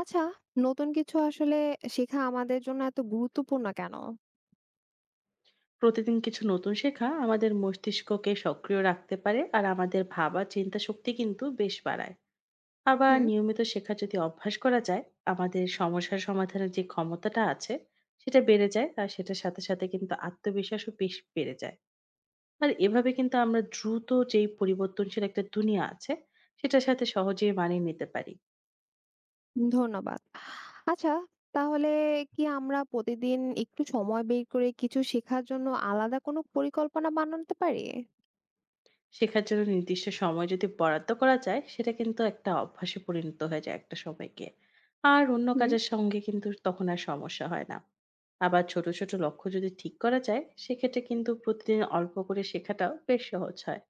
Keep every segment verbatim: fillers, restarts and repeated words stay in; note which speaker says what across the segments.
Speaker 1: আচ্ছা, নতুন কিছু আসলে শেখা আমাদের জন্য এত গুরুত্বপূর্ণ কেন?
Speaker 2: প্রতিদিন কিছু নতুন শেখা আমাদের মস্তিষ্ককে সক্রিয় রাখতে পারে আর আমাদের ভাবা চিন্তা শক্তি কিন্তু বেশ বাড়ায়। আবার
Speaker 1: হুম।
Speaker 2: নিয়মিত শেখা যদি অভ্যাস করা যায়, আমাদের সমস্যার সমাধানের যে ক্ষমতাটা আছে সেটা বেড়ে যায় আর সেটার সাথে সাথে কিন্তু আত্মবিশ্বাসও বেশ বেড়ে যায়। আর এভাবে কিন্তু আমরা দ্রুত যেই পরিবর্তনশীল একটা দুনিয়া আছে সেটার সাথে সহজেই মানিয়ে নিতে পারি।
Speaker 1: ধন্যবাদ। আচ্ছা, তাহলে কি আমরা প্রতিদিন একটু সময় বের করে কিছু শেখার জন্য আলাদা কোনো পরিকল্পনা বানাতে পারি?
Speaker 2: শেখার জন্য নির্দিষ্ট সময় যদি বরাদ্দ করা যায় সেটা কিন্তু একটা অভ্যাসে পরিণত হয়ে যায় একটা সময় গিয়ে, আর অন্য
Speaker 1: হুম।
Speaker 2: কাজের সঙ্গে কিন্তু তখন আর সমস্যা হয় না। আবার ছোট ছোট লক্ষ্য যদি ঠিক করা যায় সেক্ষেত্রে কিন্তু প্রতিদিন অল্প করে শেখাটাও বেশ সহজ হয়।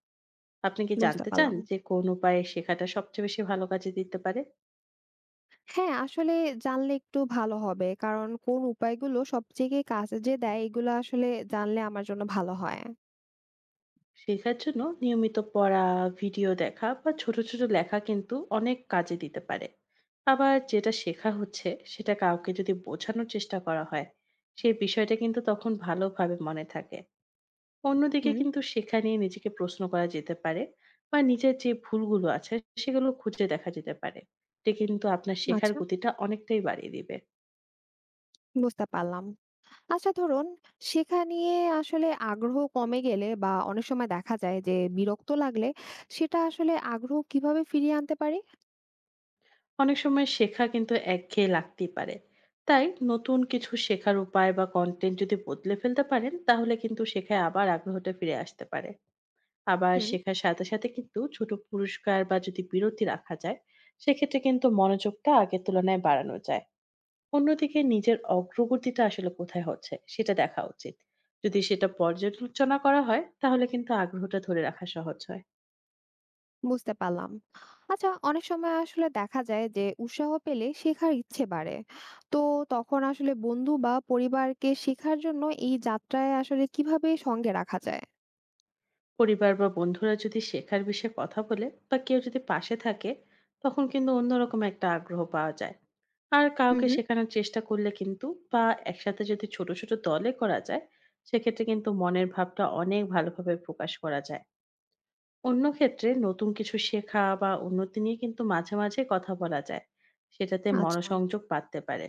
Speaker 2: আপনি কি
Speaker 1: বুঝতে
Speaker 2: জানতে চান
Speaker 1: পারলাম।
Speaker 2: যে কোন উপায়ে শেখাটা সবচেয়ে বেশি ভালো কাজে দিতে পারে?
Speaker 1: হ্যাঁ, আসলে জানলে একটু ভালো হবে। কারণ কোন উপায়গুলো সবথেকে কাজে যে দেয় এগুলো আসলে জানলে আমার জন্য ভালো হয়।
Speaker 2: শেখার জন্য নিয়মিত পড়া, ভিডিও দেখা বা ছোট, ছোট লেখা কিন্তু অনেক কাজে দিতে পারে। আবার যেটা শেখা হচ্ছে সেটা কাউকে যদি বোঝানোর চেষ্টা করা হয়, সেই বিষয়টা কিন্তু তখন ভালোভাবে মনে থাকে। অন্যদিকে
Speaker 1: হুম।
Speaker 2: কিন্তু শেখা নিয়ে নিজেকে প্রশ্ন করা যেতে পারে, বা নিজের যে ভুলগুলো আছে সেগুলো খুঁজে দেখা যেতে পারে। এটা কিন্তু আপনার শেখার
Speaker 1: আচ্ছা,
Speaker 2: গতিটা অনেকটাই বাড়িয়ে দিবে।
Speaker 1: বুঝতে পারলাম। আচ্ছা ধরুন, শেখা নিয়ে আসলে আগ্রহ কমে গেলে বা অনেক সময় দেখা যায় যে বিরক্ত লাগলে সেটা আসলে আগ্রহ কিভাবে ফিরিয়ে আনতে পারি?
Speaker 2: অনেক সময় শেখা কিন্তু একঘেয়ে লাগতেই পারে। তাই নতুন কিছু শেখার উপায় বা কনটেন্ট যদি বদলে ফেলতে পারেন, তাহলে কিন্তু শেখায় আবার আগ্রহটা ফিরে আসতে পারে। আবার
Speaker 1: হুম।
Speaker 2: শেখার সাথে, সাথে কিন্তু ছোট পুরস্কার বা যদি বিরতি রাখা যায়, সেক্ষেত্রে কিন্তু মনোযোগটা আগের তুলনায় বাড়ানো যায়। অন্যদিকে নিজের অগ্রগতিটা আসলে কোথায় হচ্ছে, সেটা দেখা উচিত। যদি সেটা পর্যালোচনা করা হয়, তাহলে কিন্তু আগ্রহটা ধরে রাখা সহজ হয়।
Speaker 1: বুঝতে পারলাম। আচ্ছা অনেক সময় আসলে দেখা যায় যে উৎসাহ পেলে শেখার ইচ্ছে বাড়ে। তো তখন আসলে বন্ধু বা পরিবারকে শেখার জন্য এই যাত্রায় আসলে কিভাবে সঙ্গে রাখা যায়?
Speaker 2: পরিবার বা বন্ধুরা যদি শেখার বিষয়ে কথা বলে বা কেউ যদি পাশে থাকে, তখন কিন্তু অন্যরকম একটা আগ্রহ পাওয়া যায়। আর
Speaker 1: হুম
Speaker 2: কাউকে
Speaker 1: হুম।
Speaker 2: শেখানোর চেষ্টা করলে কিন্তু বা একসাথে যদি ছোট ছোট দলে করা যায়, সেক্ষেত্রে কিন্তু মনের ভাবটা অনেক ভালোভাবে প্রকাশ করা যায়। অন্য ক্ষেত্রে নতুন কিছু শেখা বা উন্নতি নিয়ে কিন্তু মাঝে মাঝে কথা বলা যায়, সেটাতে
Speaker 1: আচ্ছা।
Speaker 2: মনোসংযোগ বাড়তে পারে।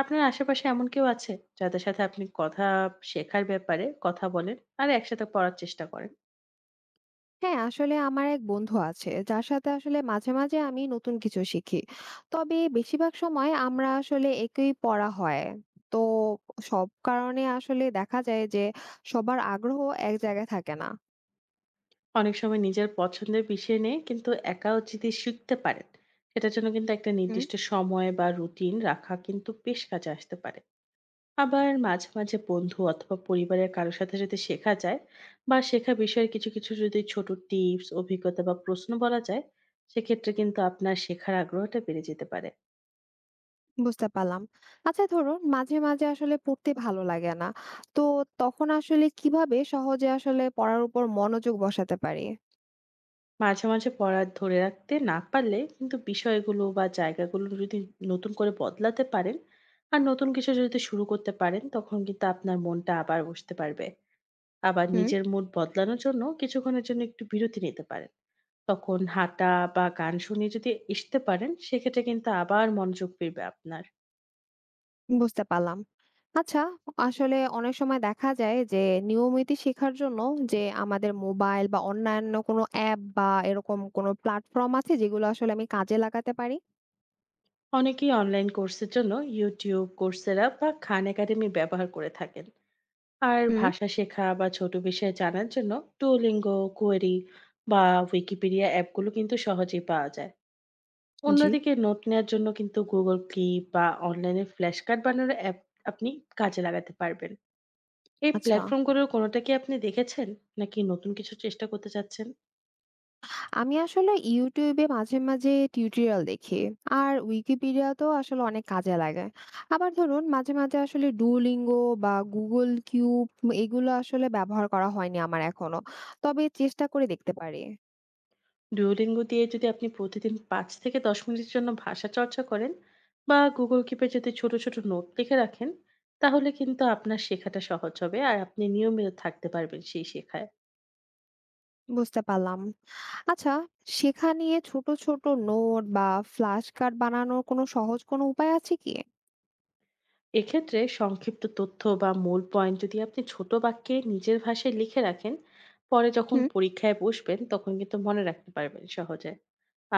Speaker 2: আপনার আশেপাশে এমন কেউ আছে যাদের সাথে আপনি কথা শেখার ব্যাপারে কথা বলেন আর একসাথে পড়ার চেষ্টা করেন?
Speaker 1: হ্যাঁ, আসলে আমার এক বন্ধু আছে যার সাথে আসলে মাঝে মাঝে আমি নতুন কিছু শিখি। তবে বেশিরভাগ সময় আমরা আসলে একই পড়া হয়। তো সব কারণে আসলে দেখা যায় যে সবার আগ্রহ এক জায়গায় থাকে না।
Speaker 2: অনেক সময় নিজের পছন্দের বিষয় নিয়ে কিন্তু একাও যদি শিখতে পারেন, সেটার জন্য কিন্তু একটা
Speaker 1: হুম।
Speaker 2: নির্দিষ্ট সময় বা রুটিন রাখা কিন্তু বেশ কাজে আসতে পারে। আবার মাঝে মাঝে বন্ধু অথবা পরিবারের কারোর সাথে যদি শেখা যায় বা শেখা বিষয়ের কিছু কিছু যদি ছোট টিপস, অভিজ্ঞতা বা প্রশ্ন বলা যায়, সেক্ষেত্রে কিন্তু আপনার শেখার আগ্রহটা বেড়ে যেতে পারে।
Speaker 1: বুঝতে পারলাম। আচ্ছা ধরুন মাঝে মাঝে আসলে পড়তে ভালো লাগে না। তো তখন আসলে কিভাবে সহজে আসলে পড়ার উপর মনোযোগ বসাতে পারি?
Speaker 2: মাঝে, মাঝে পড়া ধরে রাখতে না পারলে কিন্তু বিষয়গুলো বা জায়গাগুলো যদি নতুন করে বদলাতে পারেন আর নতুন কিছু যদি শুরু করতে পারেন, তখন কিন্তু আপনার মনটা আবার বসতে পারবে। আবার
Speaker 1: হুম।
Speaker 2: নিজের মুড বদলানোর জন্য কিছুক্ষণের জন্য একটু বিরতি নিতে পারেন। তখন হাঁটা বা গান শুনিয়ে যদি আসতে পারেন, সেক্ষেত্রে কিন্তু আবার মনোযোগ ফিরবে আপনার।
Speaker 1: বুঝতে পারলাম। আচ্ছা, আসলে অনেক সময় দেখা যায় যে নিয়মিত শেখার জন্য যে আমাদের মোবাইল বা অন্যান্য কোনো অ্যাপ বা এরকম কোনো প্ল্যাটফর্ম আছে যেগুলো আসলে আমি কাজে লাগাতে পারি?
Speaker 2: অনেকেই অনলাইন কোর্সের জন্য YouTube, Coursera বা Khan Academy ব্যবহার করে থাকেন। আর
Speaker 1: হুম,
Speaker 2: ভাষা শেখা বা ছোট বিষয়ে জানার জন্য ডুওলিঙ্গো, কোয়েরি বা উইকিপিডিয়া অ্যাপগুলো কিন্তু সহজেই পাওয়া যায়।
Speaker 1: জি।
Speaker 2: অন্যদিকে নোট নেওয়ার জন্য কিন্তু গুগল ক্লিপ বা অনলাইনে ফ্ল্যাশ কার্ড বানানোর অ্যাপ আপনি কাজে লাগাতে পারবেন। এই
Speaker 1: আচ্ছা,
Speaker 2: প্ল্যাটফর্মগুলোর কোনোটা কি আপনি দেখেছেন, নাকি নতুন কিছু চেষ্টা করতে চাচ্ছেন?
Speaker 1: আমি আসলে ইউটিউব এ মাঝে, মাঝে টিউটোরিয়াল দেখি। আর উইকিপিডিয়া-তেও আসলে অনেক কাজে লাগে। আবার ধরুন মাঝে, মাঝে আসলে ডুওলিঙ্গো বা গুগল কিউব এগুলো আসলে ব্যবহার করা হয়নি আমার এখনো। তবে চেষ্টা করে দেখতে পারি।
Speaker 2: ডুওলিঙ্গো দিয়ে যদি আপনি প্রতিদিন পাঁচ থেকে দশ মিনিটের জন্য ভাষা চর্চা করেন বা Google Keep এ যদি ছোট, ছোট নোট লিখে রাখেন, তাহলে কিন্তু আপনার শেখাটা সহজ হবে। আর আপনি নিয়মিত থাকতে পারবেন সেই শেখায়।
Speaker 1: বুঝতে পারলাম। আচ্ছা, শেখা নিয়ে ছোট, ছোট নোট বা ফ্ল্যাশ কার্ড বানানোর কোনো সহজ কোনো উপায় আছে কি?
Speaker 2: এক্ষেত্রে সংক্ষিপ্ত তথ্য বা মূল পয়েন্ট যদি আপনি ছোট বাক্যে নিজের ভাষায় লিখে রাখেন, পরে যখন
Speaker 1: হুম।
Speaker 2: পরীক্ষায় বসবেন, তখন কিন্তু মনে রাখতে পারবেন সহজে।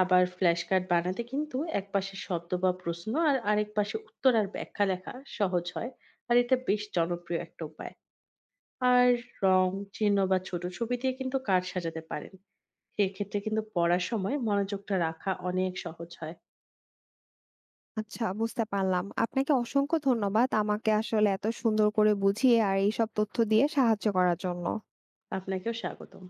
Speaker 2: আবার ফ্ল্যাশ কার্ড বানাতে কিন্তু একপাশে শব্দ বা প্রশ্ন আর আরেক পাশে উত্তর আর ব্যাখ্যা লেখা সহজ হয়। আর এটা বেশ জনপ্রিয় একটা উপায়। আর রং, চিহ্ন বা ছোট ছবি দিয়ে কিন্তু কার্ড সাজাতে পারেন। এক্ষেত্রে কিন্তু পড়ার সময় মনোযোগটা রাখা অনেক সহজ হয়।
Speaker 1: আচ্ছা, বুঝতে পারলাম। আপনাকে অসংখ্য ধন্যবাদ আমাকে আসলে এত সুন্দর করে বুঝিয়ে আর এইসব তথ্য দিয়ে সাহায্য করার জন্য।
Speaker 2: আপনাকেও স্বাগতম।